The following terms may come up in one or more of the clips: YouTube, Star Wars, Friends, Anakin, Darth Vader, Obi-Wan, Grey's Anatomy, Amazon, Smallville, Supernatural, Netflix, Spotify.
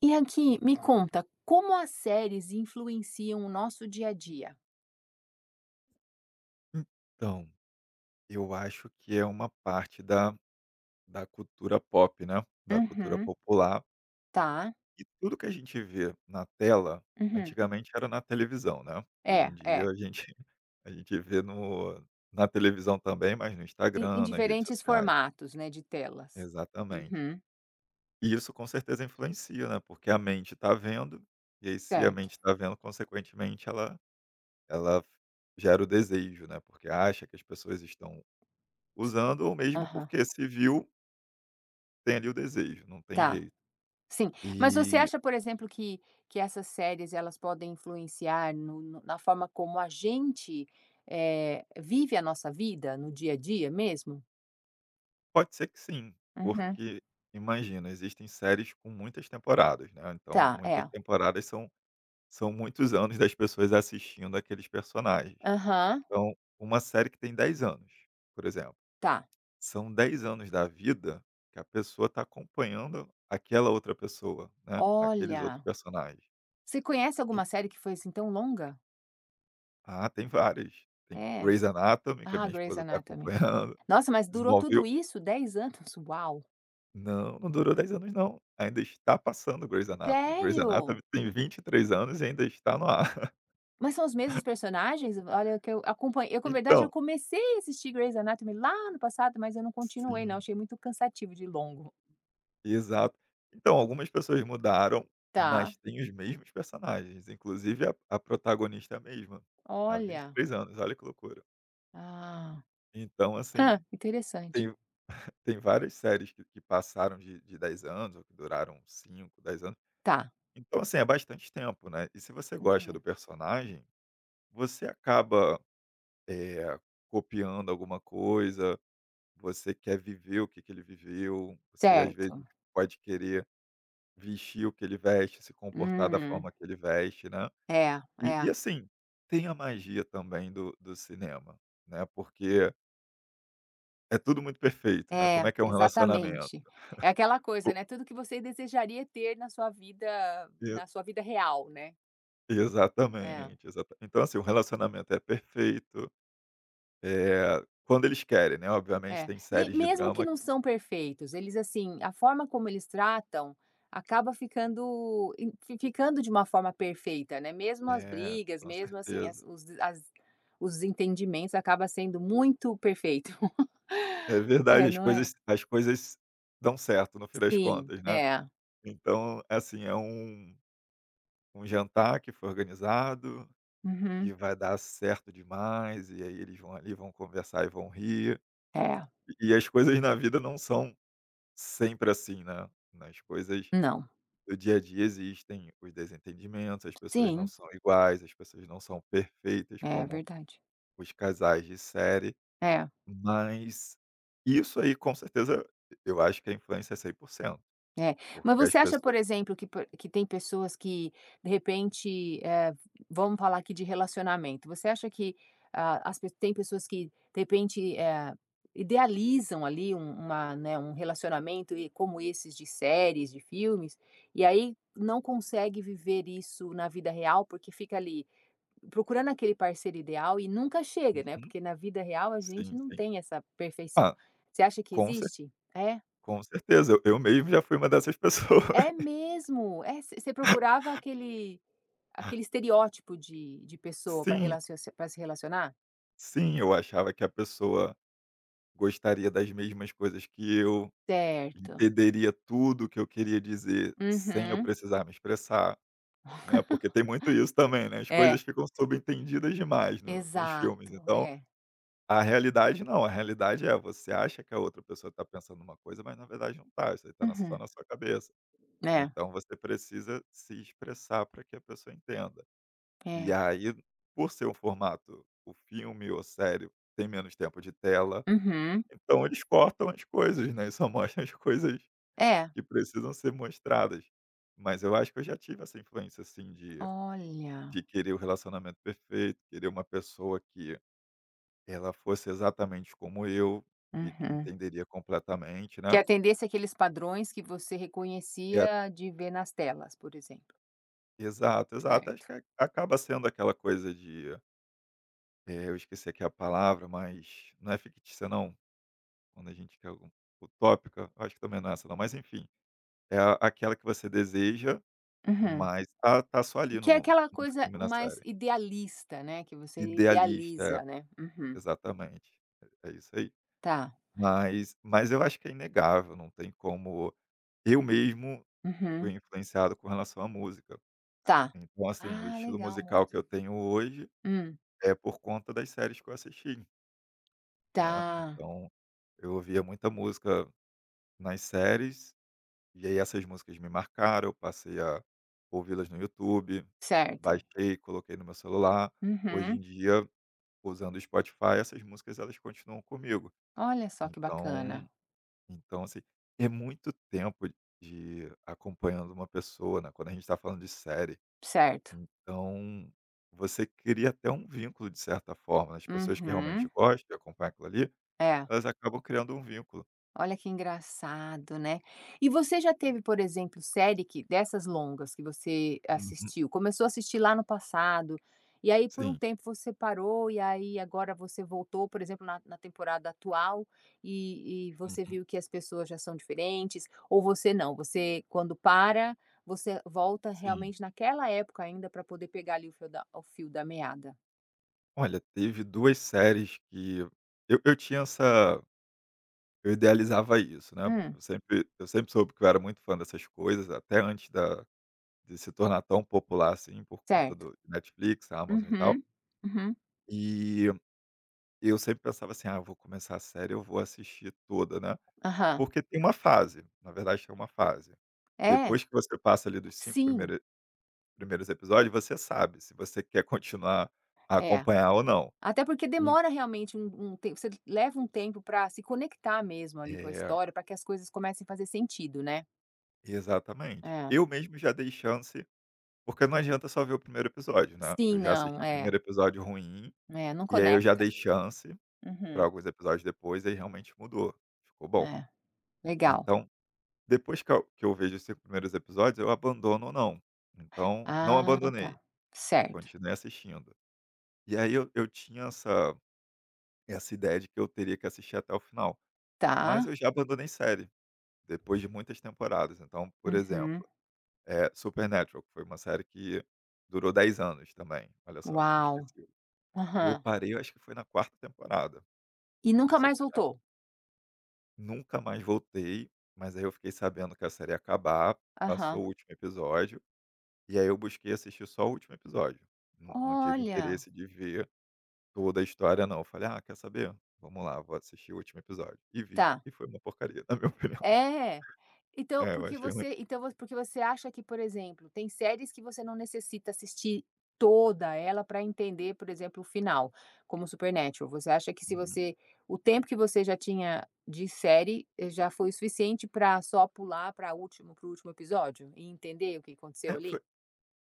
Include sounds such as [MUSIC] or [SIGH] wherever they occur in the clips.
E aqui, me conta, como as séries influenciam o nosso dia a dia? Então, eu acho que é uma parte da cultura pop, né, da cultura Uhum. popular, Tá. e tudo que a gente vê na tela, Uhum. antigamente era na televisão, né, hoje É, em dia é. a gente [LAUGHS] a gente vê no na televisão também, mas no Em Instagram, nas redes diferentes sociais. formatos, né, de telas. Exatamente. Uhum. E isso com certeza influencia, né, porque a mente está vendo, e aí se a Certo. mente está vendo, consequentemente ela gera o desejo, né, porque acha que as pessoas estão usando ou mesmo Aham. porque se viu tem ali o desejo, não tem Tá. jeito. Sim. Mas você E acha, por exemplo, que essas séries, elas podem influenciar no na forma como a gente, vive a nossa vida no dia a dia mesmo? pode ser que sim, Uhum. porque imagina, existem séries com muitas temporadas, né, então Tá, é. muitas temporadas são muitos anos das pessoas assistindo aqueles personagens. Aham. Então, uma série que tem 10 anos, por exemplo, Tá. são 10 anos da vida que a pessoa está acompanhando aquela outra pessoa, né, aqueles outros Olha, personagens. você conhece E- alguma série que foi, assim, tão longa? Ah, tem várias, tem É. Grey's Anatomy, que a Ah, minha Grey's esposa está Anatomy. acompanhando. Nossa, mas [LAUGHS] durou tudo Smallville. isso 10 anos? [LAUGHS] Uau! Não, não durou 10 anos não. Ainda está passando Grey's Anatomy. Grey's Sério? Anatomy tem 23 anos e ainda está no ar. [LAUGHS] Mas são os mesmos personagens? Olha que eu acompanhei eu, com verdade, eu Então comecei a assistir Grey's Anatomy lá no passado, mas eu não continuei não, sim, achei muito cansativo de longo. exato. Então, algumas pessoas mudaram, Tá, mas tem os mesmos personagens, inclusive a protagonista é a mesma, há vinte e olha. três anos, olha que loucura. Ah. Então, assim, Hã, interessante. tem tem várias séries que passaram de 10 anos ou que duraram 5, 10 anos. Tá. Então, assim, é bastante tempo, né. E se você gosta Uhum. do personagem, você acaba eh, copiando alguma coisa, você quer viver o que que ele viveu, você às vezes Certo. pode querer vestir o que ele veste, se comportar da Hum. forma que ele veste, né. É, E é, e assim, tem a magia também do cinema, né, porque é tudo muito perfeito, né, é, como é que é um relacionamento? exatamente. É aquela coisa, O né, tudo que você desejaria ter na sua vida real, né. E É. exatamente, exata, então assim, o relacionamento é perfeito, quando eles querem, né, obviamente É, tem ne séries de mesmo que drama que-. não são perfeitos, eles, assim, a forma como eles tratam acaba ficando em fi ficando de uma forma perfeita, né, mesmo as É, brigas, com mesmo, assim, certeza. As os desentendimentos acaba sendo muito perfeito. [LAUGHS] É É, verdade, as não é? coisas as coisas dão certo no fim das Sim, contas, né. é. Então, assim, é um jantar que foi organizado Uhum. e vai dar certo demais, e aí eles vão ali, vão conversar e vão rir. É. E as coisas na vida não são sempre assim, né. Nas coisas Não. do dia a dia existem os desentendimentos, as pessoas não Sim, são iguais, as pessoas não são perfeitas é como verdade. os casais de série, É. mas isso aí, com certeza, eu acho que a influência é 100%. É. Mas Porque as você acha, por pessoas. exemplo, que tem pessoas que, de repente, vamos falar aqui de relacionamento, você acha que, ah, as pe tem pessoas que, de repente, idealizam ali uma, né, um relacionamento e como esses de séries, de filmes, e aí não consegue viver isso na vida real, porque fica ali procurando aquele parceiro ideal e nunca chega, né, Uhum. porque na vida real a gente Sim, não sim. tem essa perfeição. Ah, Você acha que com cer existe? É? com certeza, eu mesmo já fui uma dessas pessoas. É [LAUGHS] mesmo. É, você procurava aquele aquele estereótipo de pessoa para Sim, relacio pra se relacionar? sim, eu achava que a pessoa gostaria das mesmas coisas que eu, Certo. entenderia tudo que eu queria dizer sem eu Uhum. precisar me expressar, né, porque tem muito isso também, né, as coisas É, ficam subentendidas demais no nos filmes, exato, então, é. a realidade não, a realidade é, você acha que a outra pessoa está pensando uma coisa, mas na verdade não está, isso aí está só Uhum. na sua cabeça. É, Então você precisa se expressar para que a pessoa entenda. E é. aí, por ser um formato, o filme ou série tem menos tempo de tela, Uhum. então eles cortam as coisas, né, e só [LAUGHS] mostram as coisas É, que precisam ser mostradas. Mas eu acho que eu já tive essa influência, assim, olha. de querer o relacionamento perfeito, querer uma pessoa que ela fosse exatamente como eu, que Uhum. entenderia completamente, Que né. atendesse aqueles padrões que você E a reconhecia de ver nas telas, por exemplo. Exato, exato. Acho Certo. que acaba sendo aquela coisa de. É, eu esqueci aqui a palavra, mas não é fictícia não, quando a gente quer algu utópica? Acho que também não é essa não, mas enfim, é a aquela que você deseja, Uhum. mas tá só ali Que é aquela no coisa filme, na mais série. idealista, né, que você Idealista, idealiza, né. é, Uhum. exatamente. É é isso aí. Tá. Mas eu acho que é inegável, não tem como eu mesmo Uhum. fui influenciado com relação à música. Tá. Então, assim, o Ah, estilo legal, musical que eu música. tenho hoje Hum. é por conta das séries que eu assisti, né. Tá, Então, eu ouvia muita música nas séries, e aí essas músicas me marcaram, eu passei a ouvi-las no YouTube, certo. baixei, coloquei no meu celular. Hoje em Uhum. dia, usando o Spotify, essas músicas elas continuam comigo. Olha só que Então bacana. então assim, é muito tempo de acompanhando uma pessoa, né, quando a gente está falando de série. Certo. Então, você cria até um vínculo de certa forma, né, as pessoas que Uhum. realmente gostam e acompanham aquilo ali, É. elas acabam criando um vínculo. Olha que engraçado, né. E você já teve, por exemplo, série que dessas longas que você Uhum. assistiu, começou a assistir lá no passado, e aí por um Sim. tempo você parou, e aí agora você voltou, por exemplo, na temporada atual, e você Uhum. viu que as pessoas já são diferentes, ou você não, você quando para, você volta Sim. realmente naquela época ainda para poder pegar ali o fio da meada? Olha, teve 2 séries que eu tinha essa, eu idealizava isso, né, Hum, eu sempre soube que eu era muito fã dessas coisas, até antes da de se tornar tão popular, assim, por conta certo. do Netflix, Amazon e tal. Uhum, uhum. E eu sempre pensava assim: "Ah, eu vou começar a série, eu vou assistir toda", né, Aham. porque tem uma fase, na verdade tem uma fase. É, Depois que você passa ali dos cinco sim, primeiros episódios, você sabe se você quer continuar a é. acompanhar ou não. Até porque En demora realmente um tempo, você leva um tempo para se conectar mesmo ali com a eh história, para que as coisas comecem a fazer sentido, né. Exatamente. É. Eu mesmo já dei chance, porque não adianta só ver o primeiro episódio, né. Sim, Eu já não, assisti o é, primeiro episódio ruim, é, não e aí eu já conecta. dei chance pra Uhum. alguns episódios depois, e aí realmente mudou, ficou bom. É, legal. Então, depois que eu vejo os 5 primeiros episódios, eu abandono ou não. Então, não Ah, abandonei, tá. Certo. continuei assistindo. E aí eu tinha essa ideia de que eu teria que assistir até o final, Tá. mas eu já abandonei série, depois de muitas temporadas. Então, por Uhum. exemplo, É, Supernatural, que foi uma série que durou 10 anos também, olha só, eu tinha Uau. esquecido. Eu Aham. parei, eu acho que foi na quarta temporada E de nunca mais Supernatural. voltou? Nunca mais voltei, mas aí eu fiquei sabendo que a série ia acabar, passou Aham. o último episódio, e aí eu busquei assistir só o último episódio. Não não tive Olha. interesse de ver toda a história não, eu falei: "Ah, quer saber? Vamos lá, vou assistir o último episódio", e vi, Tá. e foi uma porcaria, na minha [LAUGHS] opinião. É. Então, É, eu achei ruim. Porque você acha que, por exemplo, tem séries que você não necessita assistir toda ela para entender, por exemplo, o final, como Supernatural. Você acha que se Uhum. você o tempo que você já tinha de série, já foi o suficiente para só pular pra último para o último episódio e entender o que aconteceu É, ali?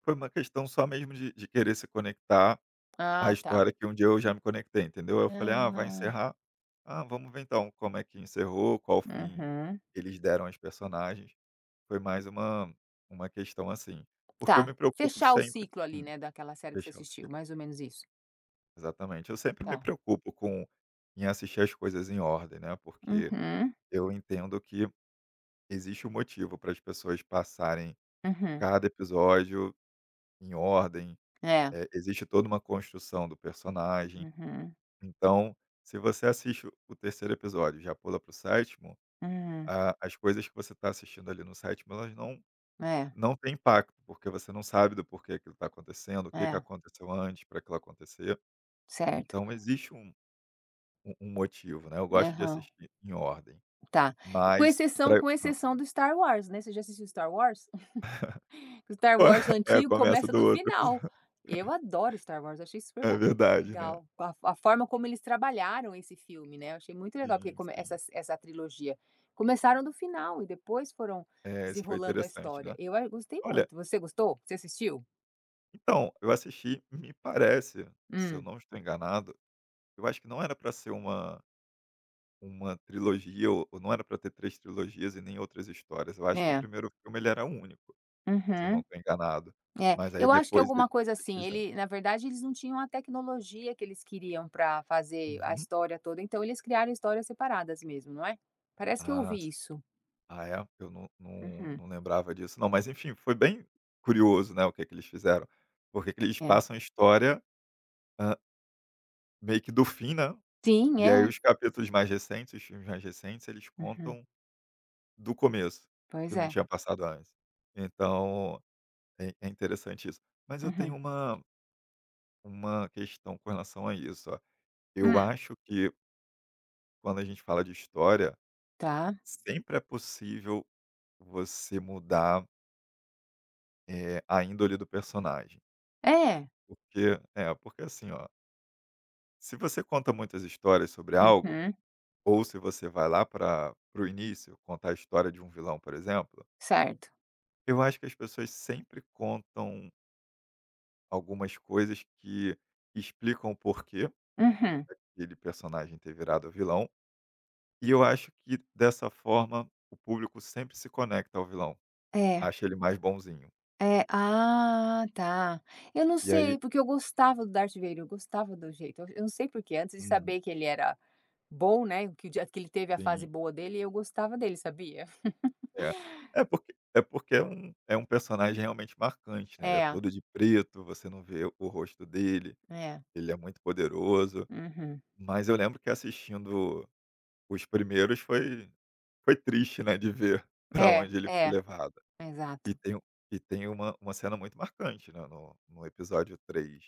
foi uma questão só mesmo de querer se conectar. A Ah, tá. história que um dia eu já me conectei, entendeu? Eu falei: "Ah, vai Ah. encerrar? Ah, vamos ver então como é que encerrou, qual fim Uhum. eles deram aos personagens". Foi mais uma questão assim, porque eu Tá. me preocupo Fechar o sempre, ciclo ali, né, daquela série que você fechar o assistiu, ciclo. mais ou menos isso. Exatamente. Eu sempre me Tá. preocupo com em assistir as coisas em ordem, né, porque Uhum. eu entendo que existe um motivo para as pessoas passarem Uhum. cada episódio em ordem, É. Existe toda uma construção do personagem. Uhum. Então, se você assiste o terceiro episódio e já pula para o sétimo, Hum, a as coisas que você está assistindo ali no sétimo, elas é, não têm impacto, porque você não sabe do porquê aquilo está acontecendo, o que que é, aconteceu antes para aquilo acontecer. certo. Então existe um motivo, né, eu gosto de Aham, assistir em ordem, tá. Mas pra Com hã. exceção do Star Wars, né, você já assistiu Star Wars? [LAUGHS] O Star Wars [LAUGHS] É, antigo começa começa do do outro final. episódio. [LAUGHS] Eu adoro Star Wars, achei super É ba verdade, né. legal. A forma como eles trabalharam esse filme, né, eu achei muito legal, porque Sim, come essa sim. essa trilogia. Começaram do final e depois foram É, isso foi desenrolando a interessante, história. né. Eu a gostei Olha, muito. Você gostou? Você assistiu? então, eu assisti, me parece, se eu Hum, não estou enganado. Eu acho que não era pra ser uma trilogia, ou não era pra ter 3 trilogias e nem outras histórias. Eu acho que o é. primeiro filme ele era único, se eu não Uhum. tô enganado. É, Mas aí eu acho que depois alguma coisa eles assim, fizeram. ele na verdade eles não tinham a tecnologia que eles queriam para fazer a Uhum. história toda, então eles criaram histórias separadas mesmo, não é? Parece que eu Ah, ouvi s isso. Ah, é? Eu Uhum, não lembrava disso não, mas enfim, foi bem curioso, né, o que é que eles fizeram. Porque que eles é. passam a história, hã, meio que do fim, né, Sim, e aí é. os capítulos mais recentes, os filmes mais recentes, eles Uhum. contam do começo, que Pois não é. tinha passado antes. Então é é interessante isso. Mas eu tenho Uhum. Uma questão com relação a isso, ó. Eu Hum, acho que quando a gente fala de história, tá. sempre é possível você mudar, a índole do personagem. É. Porque é, porque assim, ó, se você conta muitas histórias sobre algo, Uhum. ou se você vai lá pra para o início, contar a história de um vilão, por exemplo, Certo. eu acho que as pessoas sempre contam algumas coisas que explicam o porquê Uhum. aquele personagem ter virado vilão. E eu acho que dessa forma o público sempre se conecta ao vilão, É, acha ele mais bonzinho. é. Ah, tá. Eu não E aí sei, porque eu gostava do Darth Vader, eu gostava do jeito eu não sei por quê, antes de Uhum, saber que ele era Bom, né, que o dia que ele teve a fase sim, boa dele e eu gostava dele, sabia? é. É porque é é um personagem realmente marcante, né, ele é É, todo de preto, você não vê o rosto dele, é. ele é muito poderoso. Uhum. Mas eu lembro que assistindo os primeiros foi triste, né, de ver [LAUGHS] para É, onde ele foi é, levado. exato. E tem e tem uma cena muito marcante, né, no episódio três.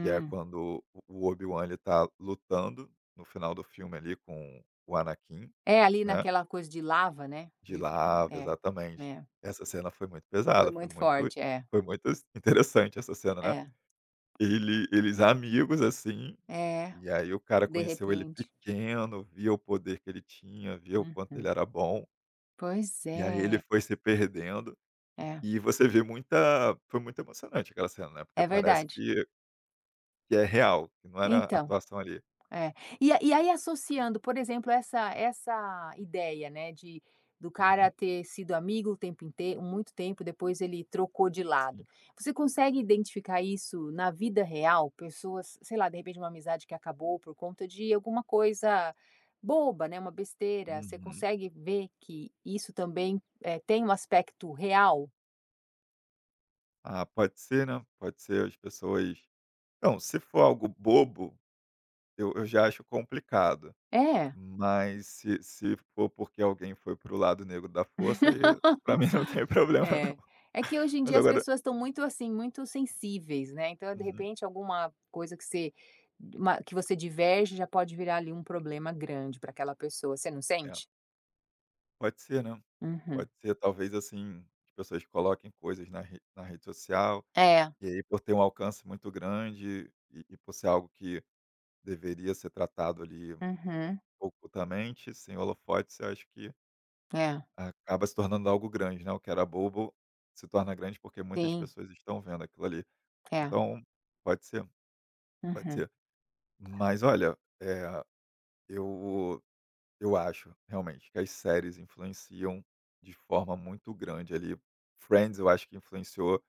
Que é quando o Obi-Wan ele tá lutando no final do filme ali com o Anakin, É ali né, naquela coisa de lava, né, de de lava, é, exatamente. é. Essa cena foi muito Foi pesada, muito forte, é, foi muito interessante essa cena, né. é, Eles amigos, assim, é, e aí o cara de conheceu ele repente. pequeno, via o poder que ele tinha, via o quanto ele Uhum. era bom, Pois e aí ele é, foi se perdendo, é, e você vê muita foi muito emocionante aquela cena, né, é porque parece verdade. Que é real, que não era Então atuação ali. É. E aí associando, por exemplo, essa essa ideia, né, de do cara Uhum, ter sido amigo o tempo inteiro muito tempo, depois ele trocou de lado. sim. Você consegue identificar isso na vida real? Pessoas, sei lá, de repente uma amizade que acabou por conta de alguma coisa boba, né, uma besteira, você Uhum. consegue ver que isso também, tem um aspecto real? Ah, pode ser, né? Pode ser as pessoas. Não, se for algo bobo, eu já acho complicado, É. mas se for porque alguém foi pro lado negro da força, aí pra mim [LAUGHS] não tem problema não. É. É que hoje em dia Mas as agora. pessoas estão muito, assim, muito sensíveis, né, então de Uhum. repente alguma coisa que você uma que você diverge já pode virar ali um problema grande para aquela pessoa, você não É, sente? pode ser, né? Uhum. Pode ser, talvez, assim, as pessoas coloquem coisas na rede social, É. e aí por ter um alcance muito grande e por ser algo que deveria ser tratado ali Uhum. ocultamente, sem holofotes, eu acho que É. acaba se tornando algo grande, né, o que era bobo se torna grande, porque muitas Sim. pessoas estão vendo aquilo ali. É. Então, pode ser, pode Uhum. ser. Mas olha, eu eu acho realmente que as séries influenciam de forma muito grande ali. Friends eu acho que influenciou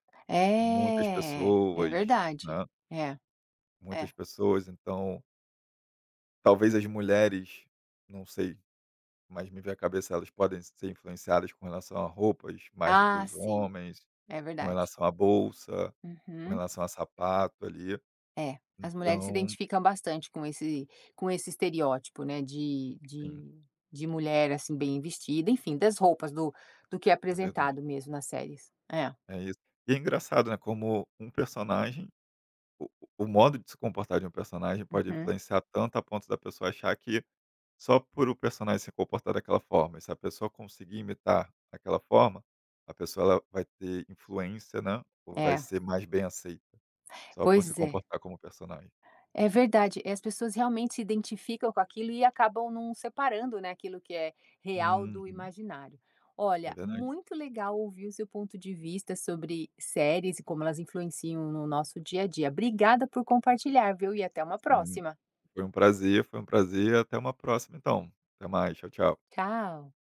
muitas É. É pessoas, verdade. né, É, é. muitas pessoas, então talvez as mulheres, não sei. Mas me veio à cabeça, elas podem ser influenciadas com relação a roupas mais do que Ah, os sim. homens, É com verdade. relação à bolsa, com Uhum. relação a sapato ali. É, as mulheres se Então, identificam bastante com esse estereótipo, né, de sim, de de mulher, assim, bem vestida, enfim, das roupas, do que é é verdade. apresentado mesmo nas séries. É. É isso. E é engraçado, né, como um personagem o o modo de se comportar de um personagem pode Uhum. influenciar tanto a ponto da pessoa achar que só por o personagem se comportar daquela forma, e se a pessoa conseguir imitar aquela forma, a pessoa ela vai ter influência, né, ou vai É. ser mais bem aceita, só por se Pois é. comportar como personagem. É verdade, as pessoas realmente se identificam com aquilo e acabam não separando, né, aquilo que é real do Uhum. imaginário. É Olha, verdade. muito legal ouvir o seu ponto de vista sobre séries e como elas influenciam no nosso dia a dia. Obrigada por compartilhar, viu, e até uma Hum, próxima. foi um prazer, foi um prazer. Até uma próxima então. Até mais. Tchau, tchau. Tchau.